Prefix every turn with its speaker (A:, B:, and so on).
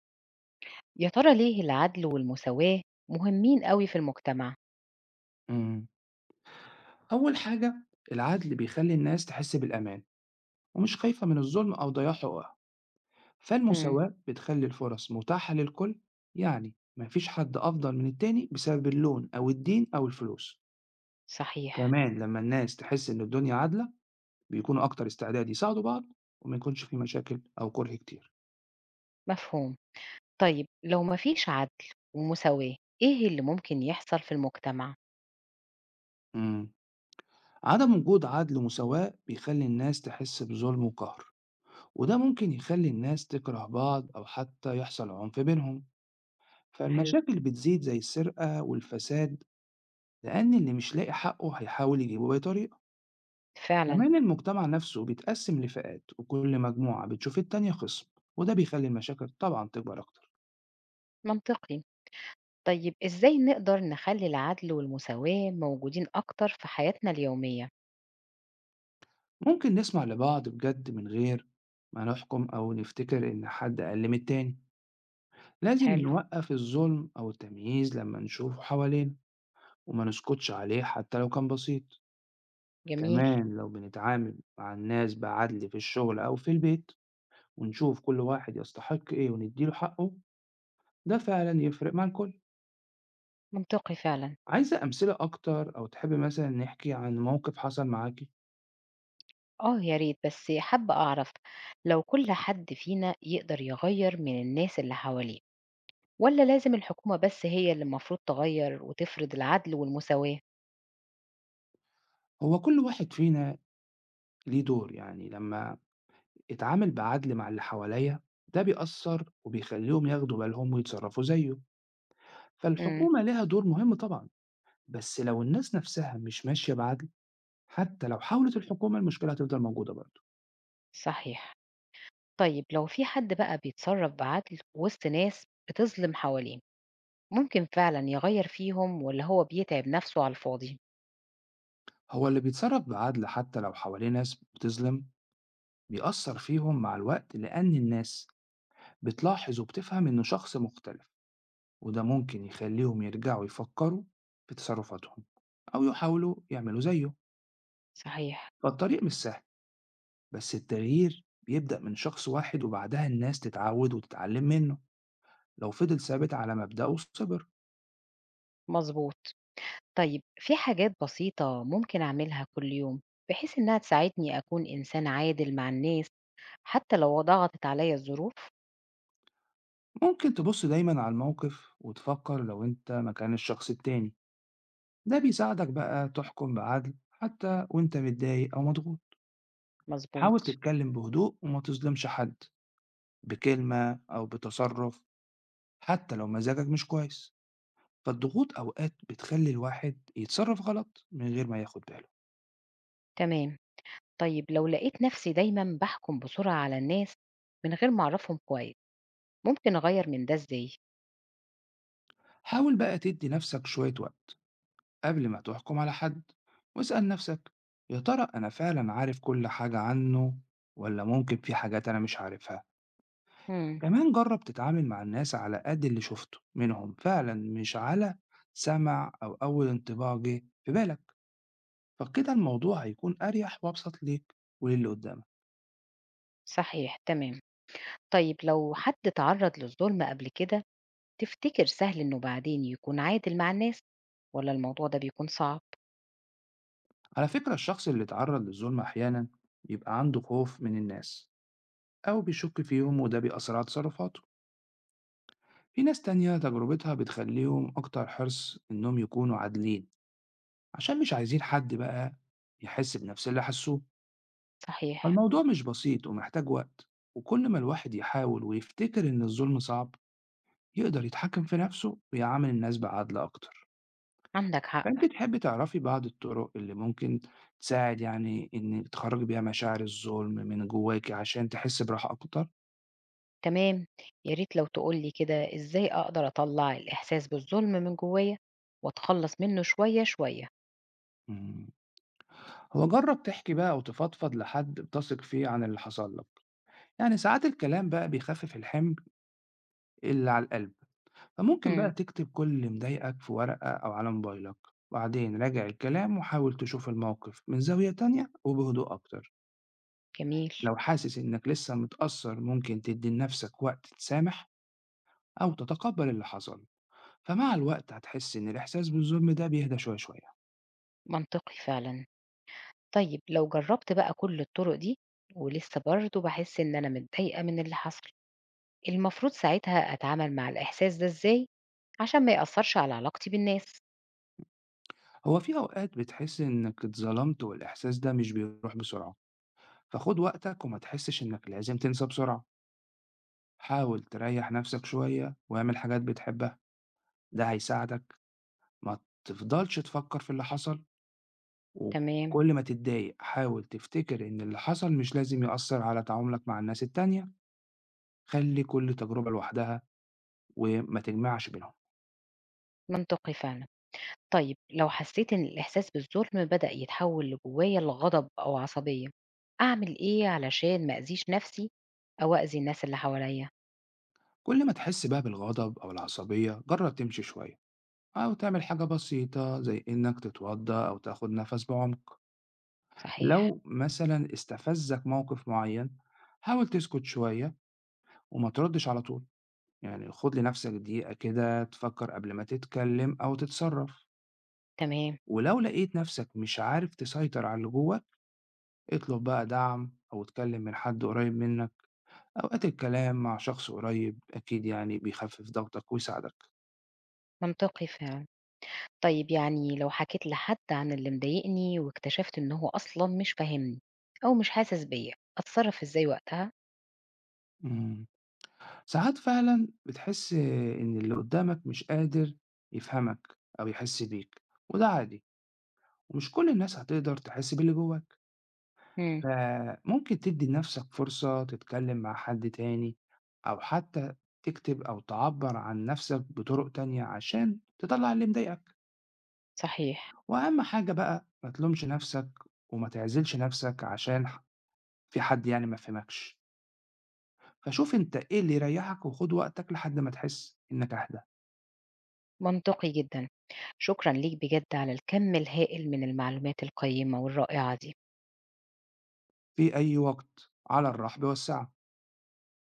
A: يا ترى ليه العدل والمساواة مهمين أوي في المجتمع؟
B: إمم. أول حاجة العدل بيخلّي الناس تحس بالأمان ومش خايفة من الظلم أو ضياع حقوقها،
A: إمم،
B: فالمساواة بتخلّي الفُرص متاحة للكل، يعني ما فيش حد أفضل من التاني بسبب اللون أو الدين أو الفلوس.
A: صحيح،
B: كمان لمّا الناس تحس إن الدنيا عادلة بيكونوا أكتر استعداد يساعدوا بعض وما يكونش في مشاكل أو كُره كتير.
A: مفهوم. طيب لو ما فيش عدل ومساواة، إيه اللي ممكن يحصل في المجتمع؟
B: إمم. عدم وجود عدل ومساواة بيخلّي الناس تحس بظلم وقهر، وده ممكن يخلّي الناس تكره بعض أو حتى يحصل عنف بينهم.
A: حلو،
B: فالمشاكل بتزيد زي السرقة والفساد لأن اللي مش لاقي حقه هيحاول يجيبه بأي طريقة.
A: فعلًا،
B: كمان المجتمع نفسه بيتقسم لفئات وكل مجموعة بتشوف التانية خصم، وده بيخلي المشاكل طبعا تكبر أكتر.
A: منطقي. طيب إزاي نقدر نخلّي العدل والمساواة موجودين أكتر في حياتنا اليومية؟
B: ممكن نسمع لبعض بجد من غير ما نحكم أو نفتكر إن حد أقل من التاني. لازم
A: حلو،
B: نوقف الظلم أو التمييز لما نشوفه حوالينا وما نسكتش عليه حتى لو كان بسيط.
A: جميل،
B: كمان لو بنتعامل مع الناس بعدل في الشغل أو في البيت ونشوف كل واحد يستحق إيه وندّي له حقّه، ده فعلًا يفرق مع الكل.
A: منطقي فعلًا.
B: عايزة أمثلة أكتر أو تحبّي مثلًا نحكي عن موقف حصل معاكِ؟
A: آه يا ريت، بس حابة أعرف لو كل حد فينا يقدر يغيّر من الناس اللي حواليه. والّا لازم الحكومة بس هي اللي المفروض تغيّر وتفرض العدل والمساواة؟
B: هو كل واحد فينا ليه دور، يعني لمّا اتعامل بعدل مع اللي حواليّا ده بيأثّر وبيخلّيهم ياخدوا بالهم ويتصرّفوا زيّه،
A: إمم،
B: فالحكومة ليها دور مهم طبعًا، بس لو الناس نَفْسها مش ماشية بعدل، حتّى لو حاولت الحكومة المشكلة هتفضل موجودة برضه.
A: صحيح. طيب لو في حد بقى بيتصرّف بعدل وسط ناس بتظلم حواليه، ممكن فعلًا يغيّر فيهم والّا هو بيتعب نفسه على الفاضي؟
B: هو اللي بيتصرّف بعدل حتّى لو حواليه ناس بتظلم، بيأثّر فيهم مع الوقت لأن الناس بتلاحظ وبتفهم إنه شخص مختلف، وده ممكن يخليهم يرجعوا يفكروا في تصرفاتهم أو يحاولوا يعملوا زيه.
A: صحيح،
B: فالطريق مش سهل بس التغيير بيبدأ من شخص واحد وبعدها الناس تتعود وتتعلم منه لو فضل ثابت على مبدأه وصبر.
A: مضبوط. طيب في حاجات بسيطة ممكن أعملها كل يوم بحيث إنها تساعدني أكون إنسان عادل مع الناس حتى لو ضغطت عليّا الظروف؟
B: ممكن تبص دايما على الموقف وتفكر لو انت مكان الشخص التاني، ده بيساعدك بقى تحكم بعدل حتى وانت متضايق أو مضغوط. حاول
A: مضبوط،
B: تتكلم بهدوء وما تظلمش حد بكلمة أو بتصرف حتى لو مزاجك مش كويس، فالضغوط أوقات بتخلي الواحد يتصرف غلط من غير ما ياخد باله.
A: تمام. طيب لو لقيت نفسي دايما بحكم بسرعة على الناس من غير ما أعرفهم كويس ممكن أغير من ده إزاي؟
B: حاول بقى تدي نفسك شوية وقت قبل ما تحكم على حد، واسأل نفسك يا ترى أنا فعلا عارف كل حاجة عنه ولا ممكن في حاجات أنا مش عارفها.
A: مم.
B: كمان جرب تتعامل مع الناس على قد اللي شفته منهم فعلا مش على سمع أو أول انطباع جه في بالك، فكده الموضوع هيكون أريح وأبسط ليك وللي قدامك.
A: صحيح، تمام. طيب لو حد تعرض للظلم قبل كده تفتكر سهل إنه بعدين يكون عادل مع الناس ولا الموضوع ده بيكون صعب؟
B: على فكرة الشخص اللي اتعرض للظلم أحيانا بيبقى عنده خوف من الناس أو بيشك فيهم وده بيأثر على تصرفاته. في ناس تانية تجربتها بتخليهم أكتر حرص إنهم يكونوا عادلين عشان مش عايزين حد بقى يحس بنفس اللي حسوه.
A: صحيح،
B: فالموضوع مش بسيط ومحتاج وقت، وكل ما الواحد يحاول ويفتكر إن الظلم صعب يقدر يتحكم في نفسه ويعامل الناس بعدل أكتر.
A: عندك حق،
B: فأنتِ تحبّي تعرفي بعض الطرق اللي ممكن تساعد يعني إن تخرّجي بيها مشاعر الظلم من جواكِ عشان تحسّي براحة أكتر؟
A: تمام. يا ريت لو تقولي كده إزاي أقدر أطلع الإحساس بالظلم من جوايا وأتخلص منه شوية شوية.
B: إمم. هو جرّب تحكي بقى وتفضفض لحد بتثق فيه عن اللي حصل لك، يعني ساعات الكلام بقى بيخفف الحمل اللي على القلب، فممكن بقى
A: مم.
B: تكتب كل اللي مضايقك في ورقة أو على موبايلك، وبعدين راجع الكلام وحاول تشوف الموقف من زاوية تانية وبهدوء أكتر.
A: جميل،
B: لو حاسس إنك لسه متأثّر ممكن تدّي لنَفْسك وقت تسامح أو تتقبّل اللي حصل. فمع الوقت هتحسي إن الإحساس بالظلم ده بيهدى شوية شوية.
A: منطقي فعلا. طيب لو جربت بقى كل الطرق دي ولسه برضه باحس إن أنا متضايقة من اللي حصل، المفروض ساعتها أتعامل مع الإحساس ده إزاي عشان ما يأثرش على علاقتي بالناس؟
B: هو في أوقات بتحسي إنك اتظلمت والإحساس ده مش بيروح بسرعة، فخد وقتك وما تحسش إنك لازم تنسى بسرعة. حاول تريح نفسك شوية واعمل حاجات بتحبها، ده هيساعدك ما تفضلش تفكر في اللي حصل.
A: تمام،
B: وكل ما تتضايق حاول تفتكر إن اللي حصل مش لازم يأثر على تعاملك مع الناس التانية. خلي كل تجربة لوحدها وما تجمعش بينهم.
A: منطقي فعلًا. طيب لو حسيت إن الإحساس بالظلم بدأ يتحول اللي جوايا لغضب أو عصبية، أعمل إيه علشان ما أذيش نفسي أو أذي الناس اللي حواليا؟
B: كل ما تحس بقى بالغضب أو العصبية جرب تمشي شوية أو تعمل حاجة بسيطة زي إنك تتوضأ أو تاخد نفس بعمق.
A: صحيح،
B: لو مثلا استفزك موقف معين حاول تسكت شوية وما تردش على طول، يعني خد لنفسك دقيقة كده تفكر قبل ما تتكلم أو تتصرف.
A: تمام،
B: ولو لقيت نفسك مش عارف تسيطر على اللي جواك اطلب بقى دعم أو اتكلم من حد قريب منك، أوقات الكلام مع شخص قريب أكيد يعني بيخفف ضغطك ويساعدك.
A: منطقي فعلًا. طيب يعني لو حكيت لحد عن اللي مضايقني واكتشفت إن هو أصلا مش فاهمني أو مش حاسس بيا أتصرف إزاي وقتها؟
B: مم. ساعات فعلًا بتحس إن اللي قدّامك مش قادر يفهمك أو يحس بيك، وده عادي، ومش كل الناس هتقدر تحس باللي جواك،
A: امم،
B: فممكن تدّي لنفسك فرصة تتكلم مع حد تاني أو حتى تكتب أو تعبّر عن نفسك بطرق تانية عشان تطلّع اللي مضايقك.
A: صحيح،
B: وأهم حاجة بقى ما تلومش نفسك وما تعزلش نفسك عشان في حد يعني ما فهمكش، فشوف أنت إيه اللي يريحك وخُد وقتك لحد ما تحس إنك أهدى.
A: منطقي جدا. شكرا ليك بجد على الكم الهائل من المعلومات القيمة والرائعة دي.
B: في أي وقت على الرحب والسعة.